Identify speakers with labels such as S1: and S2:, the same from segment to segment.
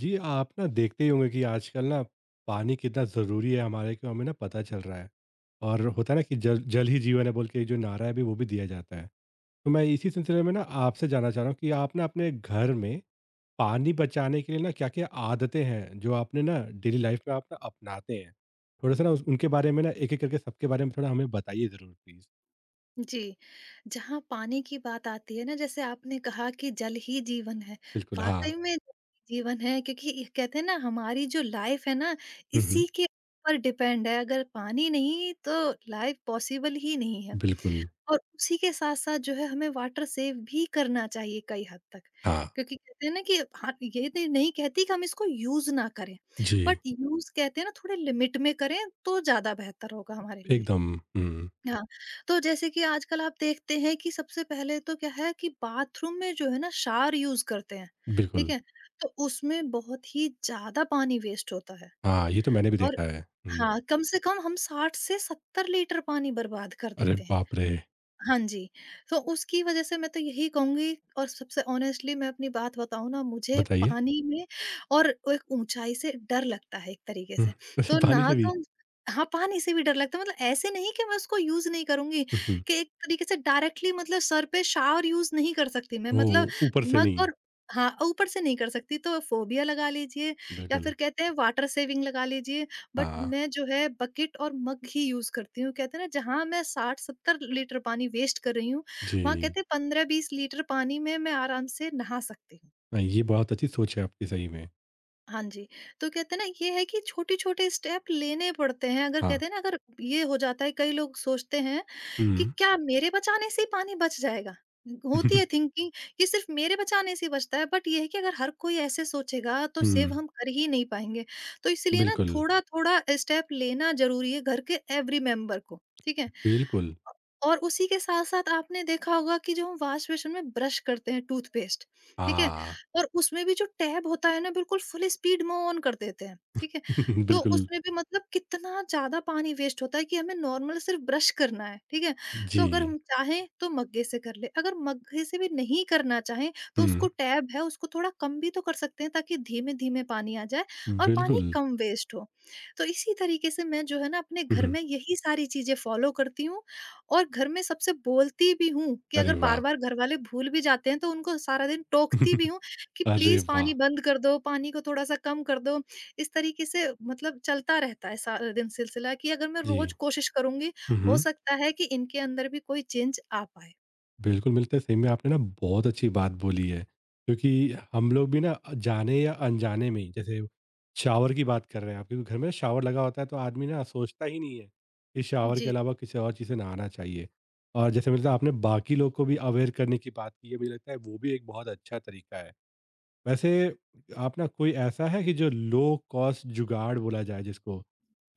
S1: जी आप ना देखते ही होंगे कि आजकल ना पानी कितना ज़रूरी है हमारे को, हमें ना पता चल रहा है। और होता है ना कि जल जल ही जीवन है बोल के जो नारा है भी वो भी दिया जाता है। तो मैं इसी सिलसिले में ना आपसे जानना चाह रहा हूँ कि आप ना अपने घर में पानी बचाने के लिए ना क्या क्या आदतें हैं जो आपने ना डेली लाइफ में आप ना अपनाते हैं। थोड़ा सा ना उनके बारे में ना एक एक करके सबके बारे में थोड़ा हमें बताइए ज़रूर प्लीज़।
S2: जी, जहाँ पानी की बात आती है ना जैसे आपने कहा कि जल ही जीवन है।
S1: बिल्कुल हाँ।
S2: वाक़ई में जल ही जीवन है, क्योंकि ये कहते हैं ना हमारी जो लाइफ़ है ना
S1: हम्म हम्म,
S2: इसी के ऊपर डिपेंड है। अगर पानी नहीं तो लाइफ़ पॉसिबल ही नहीं है।
S1: बिल्कुल।
S2: और उसी के साथ-साथ जो है हमें वाटर सेव भी करना चाहिए कई हद तक,
S1: हाँ
S2: क्योंकि कहते हैं ना कि हाँ, ये तो नहीं कहती कि हम इसको यूज़ ना करें, बट
S1: जी।
S2: यूज़ कहते हैं ना थोड़े लिमिट में करें तो ज़्यादा बेहतर होगा हमारे लिए।
S1: एकदम। हम्म,
S2: हाँ, तो जैसे कि आजकल आप देखते हैं कि सबसे पहले तो क्या है कि बाथरूम में जो है ना शावर यूज़ करते हैं,
S1: बिल्कुल।
S2: ठीक है? तो उसमें बहुत ही ज़्यादा पानी वेस्ट होता है,
S1: हाँ ये तो मैंने भी
S2: और
S1: देखा है।
S2: हाँ, कम से कम हम 60 से 70 लीटर पानी बर्बाद कर
S1: अरे
S2: देते हैं।
S1: बाप रे!
S2: हाँ जी। तो उसकी वज़ह से मैं तो यही कहूँगी, और सबसे ऑनेस्टली मैं अपनी बात बताऊँ ना, मुझे
S1: बताइए?
S2: पानी में और एक ऊँचाई से डर लगता है एक तरीके
S1: हुँ,
S2: से।
S1: अच्छा
S2: तो
S1: पानी
S2: ना
S1: से भी?
S2: तो हाँ, पानी से भी डर लगता है, मतलब ऐसे नहीं कि मैं उसको यूज़ नहीं करूँगी,
S1: हुँ, हुँ।
S2: कि एक तरीके से डायरेक्टली मतलब सर पे शावर यूज़ नहीं कर सकती मैं, मतलब
S1: ओह! ऊपर से
S2: मग,
S1: नहीं,
S2: और हाँ, ऊपर से नहीं कर सकती, तो फ़ोबिया लगा लीजिए या
S1: बिल्कुल।
S2: फिर कहते हैं वाटर सेविंग लगा लीजिए। बट
S1: हाँ,
S2: मैं जो है बकेट और मग ही यूज करती हूँ। कहते हैं ना जहाँ मैं 60-70 लीटर पानी वेस्ट कर रही हूँ, वहाँ
S1: जी।
S2: कहते हैं 15-20 लीटर पानी में मैं आराम से नहा सकती हूँ।
S1: नहीं, ये बहुत अच्छी सोच है आपकी सही में।
S2: हाँ जी, तो कहते हैं ना ये है कि छोटे-छोटे स्टेप लेने पड़ते हैं। अगर
S1: हाँ।
S2: कहते हैं ना, अगर ये हो जाता है, कई लोग सोचते हैं कि
S1: हुँ।
S2: क्या मेरे बचाने से ही पानी बच जाएगा? होती है थिंकिंग कि सिर्फ मेरे बचाने से ही बचता है, बट ये है कि अगर हर कोई ऐसे सोचेगा तो
S1: हुँ,
S2: सेव हम कर ही नहीं पाएँगे। तो इसलिए ना
S1: बिल्कुल,
S2: थोड़ा-थोड़ा स्टेप लेना ज़रूरी है घर के एवरी मेंबर को, ठीक है?
S1: बिल्कुल।
S2: अ, और उसी के साथ-साथ आपने देखा होगा कि जो हम वॉश बेसिन में ब्रश करते हैं टूथपेस्ट, ठीक है?
S1: हाँ,
S2: और उसमें भी जो टैब होता है ना बिल्कुल फुल स्पीड में ऑन कर देते हैं, ठीक है? तो
S1: बिल्कुल,
S2: उसमें भी मतलब कितना ज़्यादा पानी वेस्ट होता है, कि हमें नॉर्मल सिर्फ ब्रश करना है, ठीक है? तो अगर
S1: जी।
S2: हम चाहें तो मग्गे से कर ले, अगर मग्गे से भी नहीं करना चाहें तो
S1: हुँ,
S2: उसको टैब है उसको थोड़ा कम भी तो कर सकते हैं, ताकि धीमे धीमे पानी आ जाए और पानी
S1: बिल्कुल।
S2: कम वेस्ट हो। तो इसी तरीके से मैं जो है ना अपने
S1: हुँ,
S2: घर
S1: हुँ।
S2: में यही सारी चीजें फॉलो करती हूँ, और घर में सबसे बोलती भी हूँ कि
S1: अरे
S2: अगर बार
S1: वाह!
S2: बार घर वाले भूल भी जाते हैं तो उनको सारा दिन टोकती भी हूँ कि
S1: अरे
S2: प्लीज
S1: वाह!
S2: पानी बंद कर दो, पानी को थोड़ा सा कम कर दो। इस तरीके से मतलब चलता रहता है सारा दिन सिलसिला, कि अगर मैं रोज
S1: जी।
S2: कोशिश करूंगी,
S1: हुँ,
S2: हो
S1: हुँ।
S2: सकता है कि इनके अंदर भी कोई चेंज आ पाए।
S1: बिल्कुल मिलते हैं। सही में आपने ना बहुत अच्छी बात बोली है, क्योंकि हम लोग भी ना जाने या अनजाने में ही, जैसे शावर की बात कर रहे हैं आप, क्योंकि घर में शावर लगा होता है तो आदमी ना सोचता ही नहीं है कि शावर के
S2: जी,
S1: अलावा किसी और चीज़ से नहाना चाहिए। और जैसे मतलब आपने बाकी लोग को भी अवेयर करने की बात की है, मुझे लगता है वो भी एक बहुत अच्छा तरीका है। वैसे आप ना कोई ऐसा है कि जो लो कॉस्ट जुगाड़ बोला जाए जिसको,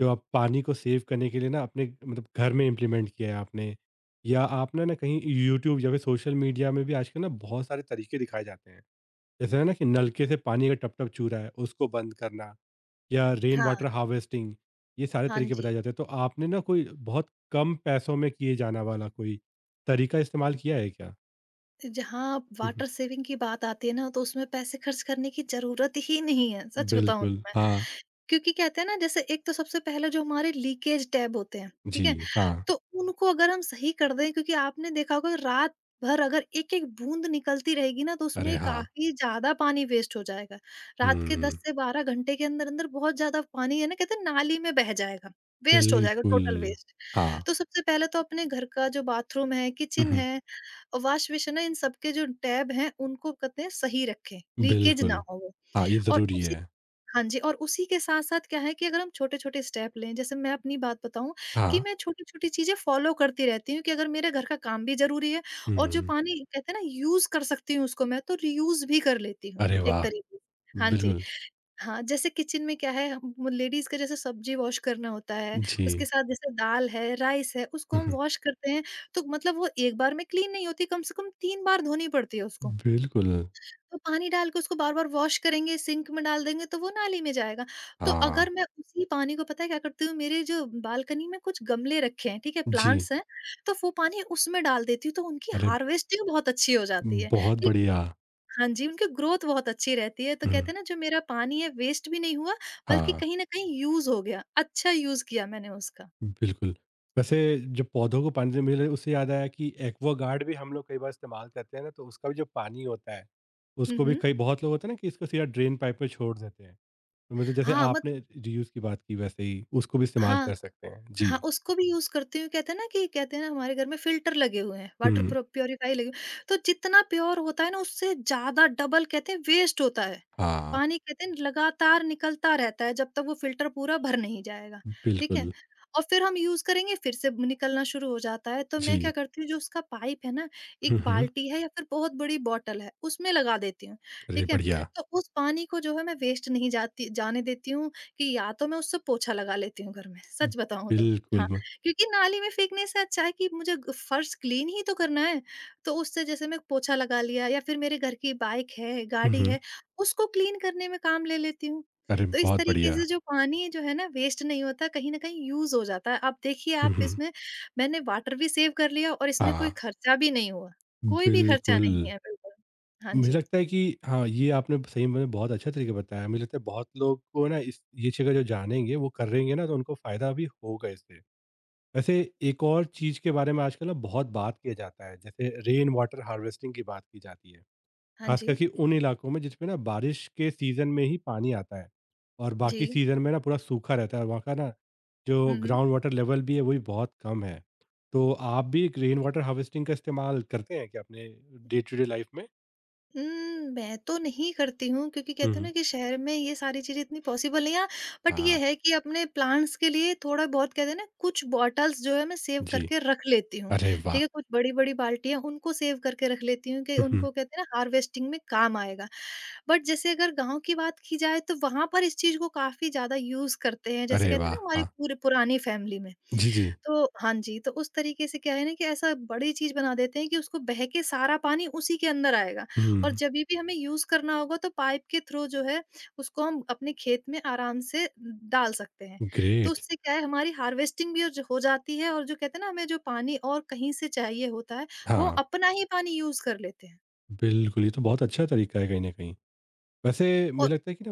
S1: जो आप पानी को सेव करने के लिए ना अपने मतलब घर में इम्प्लीमेंट किया है आपने, या आपने ना कहीं यूट्यूब या फिर सोशल मीडिया में भी आजकल ना बहुत सारे तरीके दिखाए जाते हैं, जैसे है ना कि नलके से पानी का टप टप चू रहा है उसको बंद करना, या रेन
S2: हाँ,
S1: वाटर हार्वेस्टिंग, ये सारे
S2: हाँ
S1: तरीके
S2: जी।
S1: बताए जाते हैं। तो आपने ना कोई बहुत कम पैसों में किए जाने वाला कोई तरीका इस्तेमाल किया है क्या?
S2: जहाँ वाटर सेविंग की बात आती है ना, तो उसमें पैसे खर्च करने की ज़रूरत ही नहीं है, सच बताऊँ
S1: बिल्कुल
S2: तो मैं।
S1: हाँ।
S2: क्योंकि कहते हैं ना जैसे एक तो सबसे पहले जो हमारे लीकेज टैब होते हैं, ठीक
S1: जी।
S2: है?
S1: हाँ।
S2: तो उनको अगर हम सही कर दें, क्योंकि आपने देखा होगा रात भर अगर एक-एक बूँद निकलती रहेगी ना, तो
S1: अरे
S2: उसमें
S1: हाँ।
S2: काफ़ी ज़्यादा पानी वेस्ट हो जाएगा। रात के 10
S1: हुँ,
S2: से 12 घंटे के अंदर-अंदर बहुत ज़्यादा पानी है ना, कहते हैं नाली में बह जाएगा, वेस्ट हो जाएगा,
S1: बिल्कुल।
S2: Total waste.
S1: हाँ,
S2: तो सबसे पहले तो अपने घर का जो बाथरूम है,
S1: हुँ,
S2: किचन
S1: हुँ,
S2: है, वॉश बेसिन है, इन सब के जो टैब हैं, उनको कहते हैं सही रखें, लीकेज ना
S1: बिल्कुल।
S2: हो वो।
S1: हाँ, ये
S2: और
S1: ज़रूरी
S2: उसी
S1: है।
S2: हाँ जी, और उसी के साथ-साथ क्या है कि अगर हम छोटे-छोटे स्टेप लें, जैसे मैं अपनी बात बताऊँ कि
S1: हाँ,
S2: मैं छोटी-छोटी चीज़ें फ़ॉलो करती रहती हूँ, कि अगर मेरे घर का काम भी ज़रूरी है, और जो
S1: हुँ,
S2: पानी कहते हैं ना यूज़ कर सकती हूँ उसको मैं, तो रीयूज़ भी कर लेती हूँ,
S1: अरे
S2: एक
S1: वाह!
S2: तरीके से। हाँ जी।
S1: बिल्कुल,
S2: हाँ, जैसे किचन में क्या है, हम लेडीज़ का जैसे सब्ज़ी वॉश करना होता है,
S1: जी।
S2: उसके साथ जैसे दाल है, राइस है, उसको
S1: हुँ,
S2: हम
S1: हुँ,
S2: वॉश करते हैं, तो मतलब वो एक बार में क्लीन नहीं होती, कम से कम 3 बार धोनी पड़ती है उसको।
S1: बिल्कुल,
S2: तो पानी डाल के उसको बार-बार वॉश करेंगे, सिंक में डाल देंगे, तो वो नाली में जाएगा। तो
S1: हाँ,
S2: अगर मैं उसी पानी को, पता है क्या करती हूँ, मेरे जो बालकनी में कुछ गमले रखे हैं, ठीक है?
S1: जी।
S2: प्लांट्स हैं, तो वो पानी उसमें डाल देती हूँ, तो उनकी
S1: अरे,
S2: हार्वेस्टिंग बहुत अच्छी हो जाती है।
S1: बहुत
S2: कि
S1: बढ़िया।
S2: हाँ जी, उनकी ग्रोथ बहुत अच्छी रहती है, तो
S1: हुँ,
S2: कहते हैं ना जो मेरा पानी है वेस्ट भी नहीं हुआ, बल्कि
S1: हाँ,
S2: कहीं न कहीं यूज़ हो गया, अच्छा यूज़ किया मैंने उसका।
S1: बिल्कुल। वैसे जब पौधों को पानी देने मिले उससे याद आया कि एक्वागार्ड भी हम लोग कई बार इस्तेमाल करते हैं ना, तो उसका भी जो पानी होता है,
S2: हुँ,
S1: उसको भी
S2: हुँ।
S1: कई बहुत लोग होते हैं ना कि इसको सीधा ड्रेन पाइप में छोड़ देते हैं। मतलब जैसे
S2: हाँ,
S1: आपने
S2: मतलब
S1: रीयूज़ की बात की वैसे ही उसको भी इस्तेमाल
S2: हाँ।
S1: कर सकते हैं।
S2: हाँ,
S1: जी।
S2: उसको भी यूज़ करती हूँ। कहते हैं ना हमारे घर में फ़िल्टर लगे हुए हैं, वाटर
S1: हुँ।
S2: प्रो प्यूरीफायर लगे हुए हैं। तो जितना प्योर होता है ना उससे ज़्यादा डबल कहते हैं वेस्ट होता है।
S1: हाँ।
S2: पानी कहते हैं लगातार निकलता रहता है जब तक वो फ़िल्टर पूरा भर नहीं जाएगा, ठीक है?
S1: बिल्कुल।
S2: और फिर हम यूज़ करेंगे, फिर से निकलना शुरू हो जाता है। तो मैं
S1: जी।
S2: क्या करती हूँ, जो उसका पाइप है ना, एक
S1: हुँ, हुँ।
S2: बाल्टी है या फिर बहुत बड़ी बॉटल है, उसमें लगा देती हूँ,
S1: अरे
S2: ठीक है?
S1: बढ़िया।
S2: तो उस पानी को जो है मैं वेस्ट नहीं जाती जाने देती हूँ, कि या तो मैं उससे पोछा लगा लेती हूँ घर में, सच बताऊँ तो। हाँ,
S1: बिल्कुल म।
S2: क्योंकि नाली में फेंकने से अच्छा है कि मुझे ग फर्श क्लीन ही तो करना है, तो उससे जैसे मैं पोछा लगा लिया, या फिर मेरे घर की बाइक है,
S1: हुँ,
S2: गाड़ी
S1: हुँ।
S2: है, उसको क्लीन करने में काम ले लेती हूँ।
S1: अरे
S2: तो इस
S1: बहुत
S2: तरीके
S1: बढ़िया।
S2: से जो पानी जो है ना वेस्ट नहीं होता, कहीं न कहीं यूज़ हो जाता है। आप देखिए,
S1: हुँ,
S2: आप
S1: हुँ।
S2: इसमें मैंने वाटर भी सेव कर लिया और इसमें कोई
S1: हाँ।
S2: खर्चा भी नहीं हुआ। कोई भी खर्चा
S1: बिल्कुल।
S2: नहीं है बिल्कुल। हाँ
S1: मुझे
S2: जी।
S1: लगता है कि हाँ, ये आपने सही में मतलब बहुत अच्छा तरीका बताया। मुझे लगता है बहुत लोग को ना इस ये चीज़ का जो जानेंगे वो करेंगे ना तो उनको फ़ायदा भी होगा इससे। वैसे एक और चीज़ के बारे में आजकल ना बहुत बात किया जाता है, जैसे रेन वाटर हार्वेस्टिंग की बात की जाती है।
S2: हाँ
S1: खास
S2: जी।
S1: करके उन इलाकों में जिसमें ना बारिश के सीज़न में ही पानी आता है और
S2: जी।
S1: बाकी सीज़न में ना पूरा सूखा रहता है, और वहाँ का ना जो
S2: हुँ, हुँ।
S1: ग्राउंड वाटर लेवल भी है वो भी बहुत कम है। तो आप भी रेन वाटर हार्वेस्टिंग का इस्तेमाल करते हैं क्या अपने डे टू डे लाइफ में?
S2: मैं तो नहीं करती हूँ, क्योंकि कहते हैं
S1: हम्म।
S2: ना कि शहर में ये सारी चीज़ें इतनी पॉसिबल नहीं है। बट ये
S1: हाँ
S2: है कि अपने प्लांट्स के लिए थोड़ा-बहुत, कहते हैं ना, कुछ बॉटल्स जो है मैं सेव
S1: जी।
S2: करके रख लेती हूँ।
S1: अरे
S2: ठीक
S1: वाह।
S2: है? कुछ बड़ी-बड़ी बाल्टियाँ उनको सेव करके रख लेती हूँ कि
S1: हम्म,
S2: उनको कहते हैं ना हार्वेस्टिंग में काम आएगा। बट जैसे अगर गाँव की बात की जाए तो वहाँ पर इस चीज़ को काफ़ी ज़्यादा यूज़ करते हैं। जैसे
S1: अरे
S2: कहते
S1: वाह।
S2: हैं ना हमारी
S1: हाँ।
S2: पूरी पुरानी फैमिली में।
S1: जी जी।
S2: तो हाँ जी, तो उस तरीके से क्या है ना, कि ऐसा बड़ी चीज़ बना देते हैं कि उसको बह के सारा पानी उसी के अंदर आएगा। और
S1: हम्म।
S2: जभी भी हमें यूज़ करना होगा तो पाइप के थ्रू जो है उसको हम अपने खेत में आराम से डाल सकते हैं। तो
S1: ग्रेट।
S2: उससे क्या है, हमारी हार्वेस्टिंग भी ज हो जाती है, और जो कहते हैं ना हमें जो पानी और कहीं से चाहिए होता है, वो हम
S1: हाँ।
S2: अपना ही पानी यूज़ कर लेते हैं।
S1: बिल्कुल ये तो बहुत अच्छा तरीका है कहीं ना कहीं। वैसे मुझे
S2: और
S1: लगता है कि ना,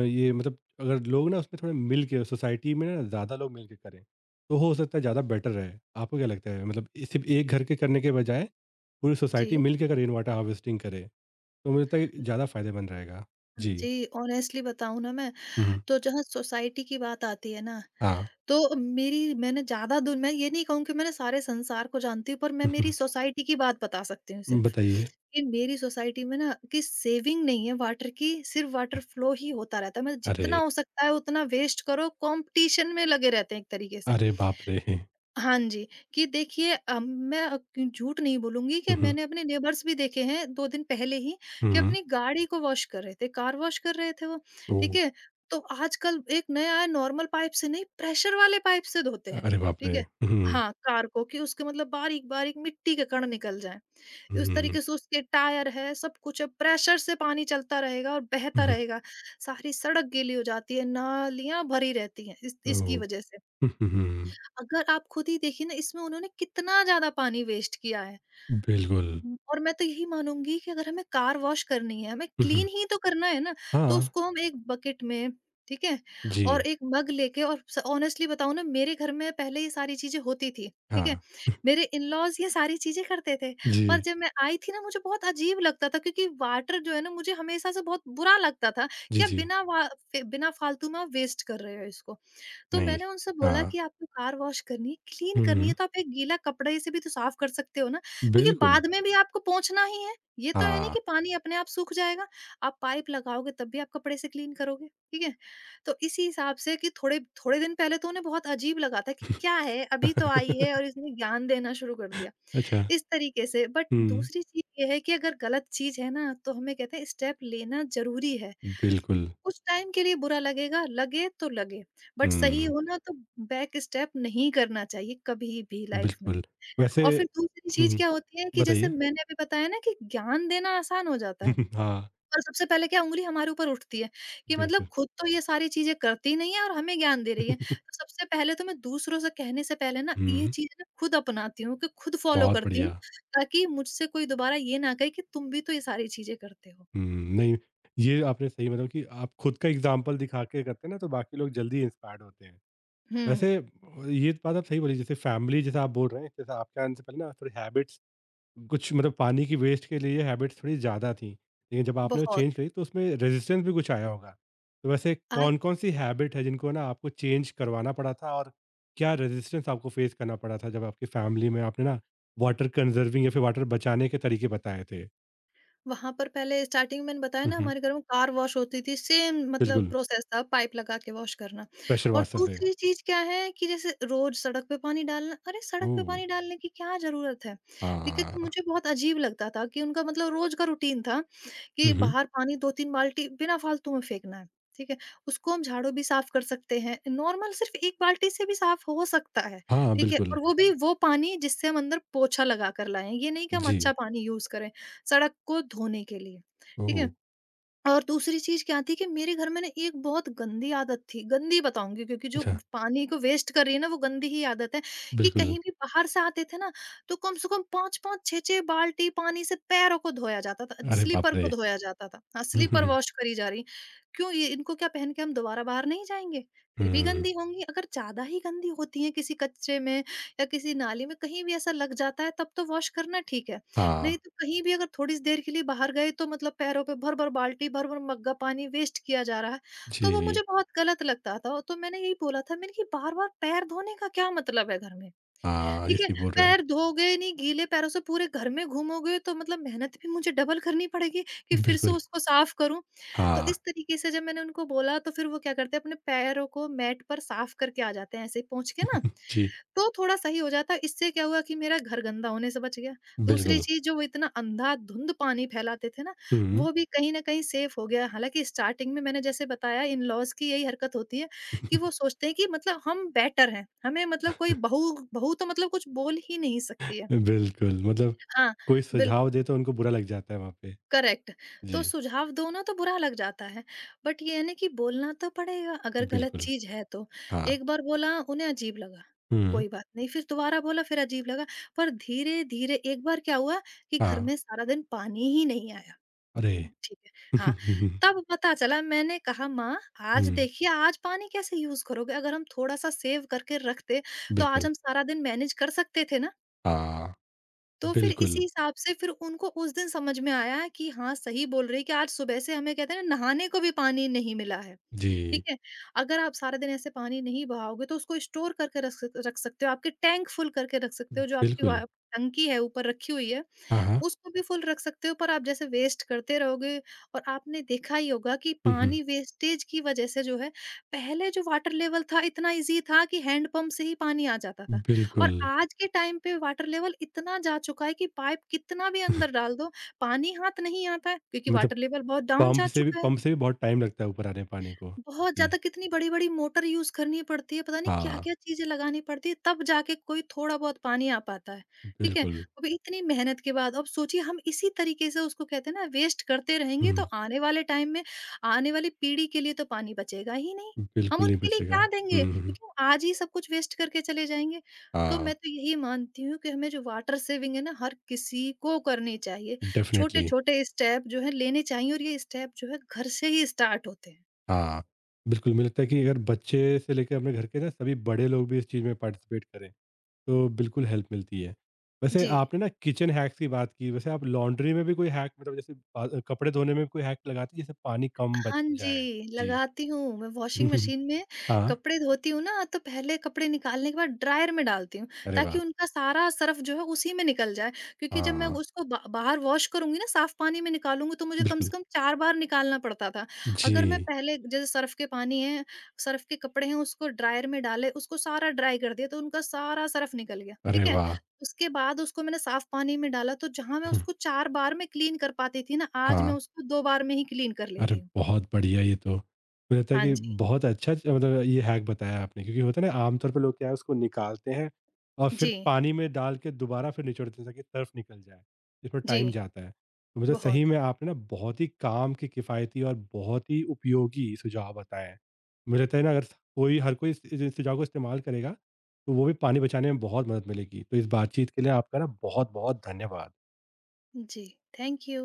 S1: ये मतलब अगर लोग ना उसमें थोड़े मिल के सोसाइटी में ना ज़्यादा लोग मिल के करें तो हो सकता है ज़्यादा बेटर रहे। आपको क्या लगता है? मतलब ये सिर्फ एक घर के करने के बजाय पूरी
S2: जी।
S1: सोसाइटी मिल के अगर रेन वाटर हार्वेस्टिंग करे तो मुझे लगता है कि ज़्यादा फायदेमंद रहेगा। जी।
S2: जी, ऑनेस्टली बताऊँ ना मैं,
S1: हम्म,
S2: तो जहाँ सोसाइटी की बात आती है ना,
S1: हाँ।
S2: तो मेरी मैंने ज़्यादा दूर मैं ये नहीं कहूँ कि मैंने सारे संसार को जानती हूँ, पर मैं मेरी सोसाइटी की बात बता सकती हूँ सिर्फ़,
S1: बताइए।
S2: कि मेरी सोसाइटी में ना कि सेविंग नहीं है वाटर की, सिर्फ़ वाटर फ्लो ही होता रहता है। मतलब जितना
S1: अरे,
S2: हो सकता है उतना वेस्ट करो, कॉम्पिटिशन में लगे रहते हैं एक तरीके से।
S1: अरे बाप रे।
S2: हाँ जी, कि देखिए मैं क झूठ नहीं बोलूँगी कि
S1: हम्म,
S2: मैंने अपने नेबर्स भी देखे हैं 2 दिन पहले ही कि
S1: हम्म,
S2: अपनी गाड़ी को वॉश कर रहे थे, कार वॉश कर रहे थे वो,
S1: ओ,
S2: ठीक है? तो आजकल एक नया है, नॉर्मल पाइप से नहीं, प्रेशर वाले पाइप से धोते हैं,
S1: अरे बाप
S2: ठीक
S1: रे।
S2: है?
S1: हम्म,
S2: हाँ, कार को, कि उसके मतलब बारीक-बारीक मिट्टी के कण निकल जाएँ। उस
S1: हम्म,
S2: तरीके से उसके टायर है, सब कुछ है, प्रेशर से पानी चलता रहेगा और बहता
S1: हम्म,
S2: रहेगा। सारी सड़क गीली हो जाती है, नालियाँ भरी रहती हैं इस इसकी
S1: ओ,
S2: वजह से।
S1: हम्म,
S2: अगर आप खुद ही देखिए ना, इसमें उन्होंने कितना ज़्यादा पानी वेस्ट किया है।
S1: बिल्कुल।
S2: हुँ। और मैं तो यही मानूँगी कि अगर हमें कार वॉश करनी है, हमें
S1: हम्म,
S2: क्लीन ही तो करना है ना, तो
S1: हाँ।
S2: उसको हम एक बकेट में, ठीक है? और
S1: जी।
S2: एक मग लेके, और स ऑनेस्टली बताऊँ ना, मेरे घर में पहले ये सारी चीज़ें होती थी, ठीक है?
S1: हाँ।
S2: मेरे इन-लॉज़ ये सारी चीज़ें करते थे। पर
S1: जी,
S2: जब मैं आई थी ना, मुझे बहुत अजीब लगता था, क्योंकि वाटर जो है ना, मुझे हमेशा से बहुत बुरा लगता था
S1: जी,
S2: कि आप
S1: जी।
S2: बिना वा फे बिना फ़ालतू में आप वेस्ट कर रहे हो इसको। तो मैंने
S1: नाइस।
S2: उनसे बोला
S1: हाँ।
S2: कि आपको कार वॉश करनी है, क्लीन करनी
S1: हुँ,
S2: है, तो आप एक गीला कपड़े से भी तो साफ कर सकते हो ना, क्योंकि
S1: बिल्कुल।
S2: बाद में भी आपको पोंछना ही है। ये तो है नहीं
S1: हाँ।
S2: कि पानी अपने आप सूख जाएगा। आप पाइप लगाओगे तब भी आप कपड़े से क्लीन करोगे, ठीक है? तो इसी हिसाब से कि थोड़े थोड़े दिन पहले तो उन्हें बहुत अजीब लगा था कि क्या है, अभी तो आई है और इसने ज्ञान देना शुरू कर दिया।
S1: अच्छा,
S2: इस तरीके से, बट
S1: हुँ।
S2: दूसरी चीज़ ये है कि अगर गलत चीज़ है ना, तो हमें कहते हैं स्टेप लेना ज़रूरी है।
S1: बिल्कुल,
S2: कुछ टाइम के लिए बुरा लगेगा, लगे तो लगे, बट सही
S1: हुँ।
S2: हो ना, तो बैक स्टेप नहीं करना चाहिए कभी भी लाइफ़ में।
S1: बिल्कुल, वैसे,
S2: और फिर दूसरी चीज़
S1: हुँ,
S2: क्या होती है कि जैसे
S1: बताइए?
S2: मैंने अभी बताया ना, कि ज्ञान देना आसान हो जाता है।
S1: हाँ,
S2: और सबसे पहले क्या, उँगली हमारे ऊपर उठती है कि मतलब
S1: बिल्कुल।
S2: खुद तो ये सारी चीज़ें करती नहीं है और हमें ज्ञान दे रही है। तो सबसे पहले तो मैं दूसरों से कहने से पहले ना, ये
S1: हुँ,
S2: चीज़ ना खुद अपनाती हूँ, कि खुद फ़ॉलो
S1: बहुत
S2: करती हूँ,
S1: बढ़िया।
S2: ताकि मुझसे कोई दोबारा ये ना कहे कि तुम भी तो ये सारी चीज़ें करते हो।
S1: हुँ, नहीं, ये आपने सही मतलब कि आप खुद का एग्ज़ाम्पल दिखा के करते हैं ना, तो बाकी लोग जल्दी इंस्पायर्ड होते हैं।
S2: हुँ,
S1: वैसे ये बात आप सही बोली, जैसे फैमिली जैसा आप बोल रहे हैं, जैसे आपके आने से पहले ना थोड़ी हैबिट्स, कुछ मतलब पानी की वेस्ट के लिए ये हैबिट्स थोड़ी ज़्यादा थी, लेकिन जब आपने वो
S2: बहुत।
S1: चेंज करी तो उसमें रेजिस्टेंस भी कुछ आया होगा। तो वैसे
S2: आ
S1: कौन कौन सी हैबिट है जिनको ना आपको चेंज करवाना पड़ा था और क्या रेजिस्टेंस आपको फेस करना पड़ा था जब आपकी फैमिली में आपने ना वाटर कंजर्विंग या फिर वाटर बचाने के तरीके बताए थे?
S2: वहाँ पर पहले स्टार्टिंग में मैंने बताया ना,
S1: हम्म,
S2: हमारे घर में कार वॉश होती थी, सेम मतलब
S1: बिल्कुल।
S2: प्रोसेस था, पाइप लगा के वॉश करना।
S1: प्रेशर
S2: और
S1: वास्ता से।
S2: दूसरी चीज़ क्या है कि जैसे रोज़ सड़क पे पानी डालना। अरे! सड़क पे
S1: ओह।
S2: पानी डालने की क्या ज़रूरत है? ठीक है, तो
S1: हाँ।
S2: मुझे बहुत अजीब लगता था कि उनका मतलब रोज़ का रूटीन था कि
S1: हम्म,
S2: बाहर पानी 2-3 बाल्टी बिना फालतू में फेंकना है। ठीक है? उसको हम झाड़ू भी साफ़ कर सकते हैं, नॉर्मल सिर्फ़ 1 बाल्टी से भी साफ़ हो सकता है।
S1: हाँ।
S2: ठीक है?
S1: बिल्कुल।
S2: और वो भी वो पानी जिससे हम अंदर पोछा लगा कर लाएँ, ये नहीं कि हम
S1: जी।
S2: अच्छा पानी यूज़ करें सड़क को धोने के लिए, ठीक
S1: ओह।
S2: है? और दूसरी चीज़ क्या थी कि मेरे घर में ना, एक बहुत गंदी आदत थी, गंदी बताऊँगी क्योंकि जो
S1: अच्छा।
S2: पानी को वेस्ट कर रही है ना, वो गंदी ही आदत है कि
S1: बिल्कुल।
S2: कहीं भी बाहर से आते थे ना, तो कम से कम 5-5 6-6 बाल्टी पानी से पैरों को धोया जाता था,
S1: अरे बाप
S2: स्लीपर
S1: रे।
S2: को धोया जाता था। हाँ,
S1: हम्म,
S2: स्लीपर
S1: हम्म,
S2: वॉश करी जा रही। क्यों? ये इनको क्या पहन के हम दोबारा बाहर नहीं जाएँगे? फिर भी
S1: हम्म,
S2: गंदी होंगी। अगर ज़्यादा ही गंदी होती हैं, किसी कचरे में या किसी नाली में कहीं भी ऐसा लग जाता है, तब तो वॉश करना ठीक है। नहीं
S1: हाँ।
S2: तो कहीं भी अगर थोड़ी सी देर के लिए बाहर गए, तो मतलब पैरों पे भर भर बाल्टी, भर भर मग्गा पानी वेस्ट किया जा रहा है। तो वो मुझे
S1: जी।
S2: बहुत गलत लगता था, तो मैंने यही बोला था मैंने कि बार बार पैर धोने का क्या मतलब है घर में,
S1: हाँ ये
S2: ठीक है?
S1: सही बोल रहे हैं आप।
S2: पैर धोगे नहीं, गीले पैरों से पूरे घर में घूमोगे, तो मतलब मेहनत भी मुझे डबल करनी पड़ेगी कि फिर से
S1: बिल्कुल,
S2: उसको साफ करूँ। तो
S1: हाँ,
S2: इस तरीके से जब मैंने उनको बोला, तो फिर वो क्या करते हैं, अपने पैरों को मैट पर साफ करके आ जाते हैं, ऐसे ही पोंछ के ना।
S1: जी,
S2: तो थोड़ा सही हो जाता है। इससे क्या हुआ कि मेरा घर गंदा होने से बच गया। दूसरी
S1: बिल्कुल।
S2: चीज़ जो वो इतना अंधाधुंध पानी फैलाते थे ना,
S1: हुँ,
S2: वो भी कहीं न कहीं सेफ हो गया। हालाँकि स्टार्टिंग में मैंने जैसे बताया, इन-लॉज़ की यही हरकत होती है कि वो सोचते हैं कि मतलब हम बेटर हैं, हमें मतलब कोई बहू बहू तो मतलब कुछ बोल ही नहीं सकती है।
S1: बिल्कुल, मतलब
S2: हाँ,
S1: कोई सुझाव
S2: बिल्कुल,
S1: दे तो उनको बुरा लग जाता है वहाँ पे।
S2: करेक्ट। तो
S1: जी,
S2: सुझाव दो ना तो बुरा लग जाता है, बट ये है ना कि बोलना तो पड़ेगा अगर गलत
S1: बिल्कुल,
S2: चीज़ है तो।
S1: हाँ।
S2: एक बार बोला, उन्हें अजीब लगा,
S1: हुँ,
S2: कोई बात नहीं, फिर दोबारा बोला, फिर अजीब लगा। पर धीरे-धीरे एक बार क्या हुआ कि घर
S1: हाँ,
S2: में सारा दिन पानी ही नहीं आया।
S1: अरे!
S2: ठीक है, हाँ। तब पता चला, मैंने कहा, माँ, आज
S1: हुँ,
S2: देखिए, आज पानी कैसे यूज़ करोगे? अगर हम थोड़ा-सा सेव करके रखते, तो आज
S1: बिल्कुल,
S2: हम सारा दिन मैनेज कर सकते थे ना।
S1: हाँ,
S2: तो फिर इसी
S1: बिल्कुल,
S2: हिसाब से फिर उनको उस दिन समझ में आया है कि हाँ, सही बोल रही है, कि आज सुबह से हमें कहते हैं ना, नहाने को भी पानी नहीं मिला है।
S1: जी,
S2: ठीक है? अगर आप सारा दिन ऐसे पानी नहीं बहाओगे, तो उसको स्टोर करके रख सकते हो। आपके टैंक फुल करके रख सकते हो, जो आपकी
S1: बिल्कुल,
S2: वा टंकी है ऊपर रखी हुई है।
S1: हाँ, हाँ।
S2: उसको भी फुल रख सकते हो, पर आप जैसे वेस्ट करते रहोगे, और आपने देखा ही होगा कि
S1: हुँ, हुँ,
S2: पानी वेस्टेज की वजह से जो है, पहले जो वाटर लेवल था, इतना इजी था कि हैंडपंप से ही पानी आ जाता था, और
S1: बिल्कुल,
S2: आज के टाइम पे वाटर लेवल इतना जा चुका है कि पाइप कितना भी अंदर डाल दो, पानी हाथ नहीं आता है, क्योंकि
S1: मतलब
S2: वाटर लेवल बहुत डाउन
S1: पंप
S2: जा
S1: से भी
S2: चुका है।
S1: पंप से भी बहुत टाइम लगता है ऊपर आने पानी को।
S2: बहुत
S1: जी,
S2: ज़्यादा कितनी बड़ी-बड़ी मोटर यूज़ करनी पड़ती है, पता नहीं
S1: हाँ,
S2: क्या-क्या चीज़ें लगानी पड़ती है, तब जाके कोई थोड़ा बहुत पानी आ पाता है, ठीक है?
S1: बिल्कुल,
S2: अब इतनी मेहनत के बाद अब सोचिए, हम इसी तरीके से उसको कहते हैं ना, वेस्ट करते रहेंगे, तो
S1: हुँ,
S2: आने वाले टाइम में, आने वाली पीढ़ी के लिए तो पानी बचेगा ही नहीं। हम
S1: बिल्कुल नहीं
S2: उनके लिए
S1: बचेगा।
S2: क्या देंगे?
S1: हुँ,
S2: क्योंकि वो आज ही सब कुछ वेस्ट करके चले जाएँगे। तो
S1: हाँ,
S2: मैं तो यही मानती हूँ कि हमें जो वाटर सेविंग है ना, हर किसी को करनी चाहिए।
S1: डेफ़िनेटली।
S2: छोटे-छोटे स्टेप जो है लेने चाहिए, और ये स्टेप जो है घर से ही स्टार्ट होते हैं।
S1: हाँ, बिल्कुल, मुझे लगता है कि अगर बच्चे से लेकर अपने घर के ना सभी बड़े लोग भी इस चीज़ में पार्टिसिपेट करें, तो बिल्कुल हेल्प मिलती है। वैसे
S2: जी।
S1: आपने ना किचन हैक्स की बात की, वैसे आप लॉन्ड्री में भी कोई हैक मतलब जैसे प कपड़े धोने में कोई हैक लगाती हैं, जिससे पानी कम बच
S2: हाँ
S1: जाए?
S2: जी,
S1: जी।
S2: लगाती हूँ। मैं वॉशिंग
S1: हम्म,
S2: मशीन में
S1: हाँ,
S2: कपड़े धोती हूँ ना, तो पहले कपड़े निकालने के बाद ड्रायर में डालती हूँ,
S1: अरे
S2: ताकि
S1: वाह!
S2: उनका सारा सर्फ जो है उसी में निकल जाए। क्योंकि जब मैं
S1: हाँ,
S2: उसको बा बाहर वॉश करूँगी ना, साफ पानी में निकालूँगी, तो मुझे कम
S1: बिल्कुल।
S2: से कम 4 बार निकालना पड़ता था। अगर मैं
S1: जी,
S2: पहले जैसे सर्फ के पानी है, सर्फ के कपड़े हैं, उसको ड्रायर में डाले, उसको सारा ड्राई कर दिया, तो उनका सारा सर्फ निकल गया,
S1: अरे
S2: ठीक है?
S1: वाह!
S2: उसके बाद उसको मैंने साफ पानी में डाला, तो जहाँ मैं
S1: हुँ,
S2: उसको 4 बार में क्लीन कर पाती थी ना, आज मैं
S1: हाँ।
S2: उसको 2 बार में ही क्लीन कर
S1: अरे!
S2: लेती हूँ।
S1: बहुत बढ़िया ये तो। मुझे लगता है
S2: हाँ
S1: कि
S2: जी।
S1: बहुत अच्छा च मतलब ये हैक बताया आपने, क्योंकि होता है ना आमतौर पे लोग क्या है उसको निकालते हैं और फिर
S2: जी,
S1: पानी में डाल के दोबारा फिर निचोड़ते हैं ताकि सर्फ़ निकल जाए। इसमें
S2: जी,
S1: टाइम जाता है। तो मतलब
S2: बहुत।
S1: सही में आपने ना बहुत ही काम की, किफ़ायती और बहुत ही उपयोगी सुझाव बताएँ हैं। मुझे लगता है ना अगर स कोई हर कोई इस सुझाव को इस्तेमाल करेगा, तो वो भी पानी बचाने में बहुत मदद मिलेगी। तो इस बातचीत के लिए आपका ना बहुत-बहुत धन्यवाद।
S2: जी, थैंक यू।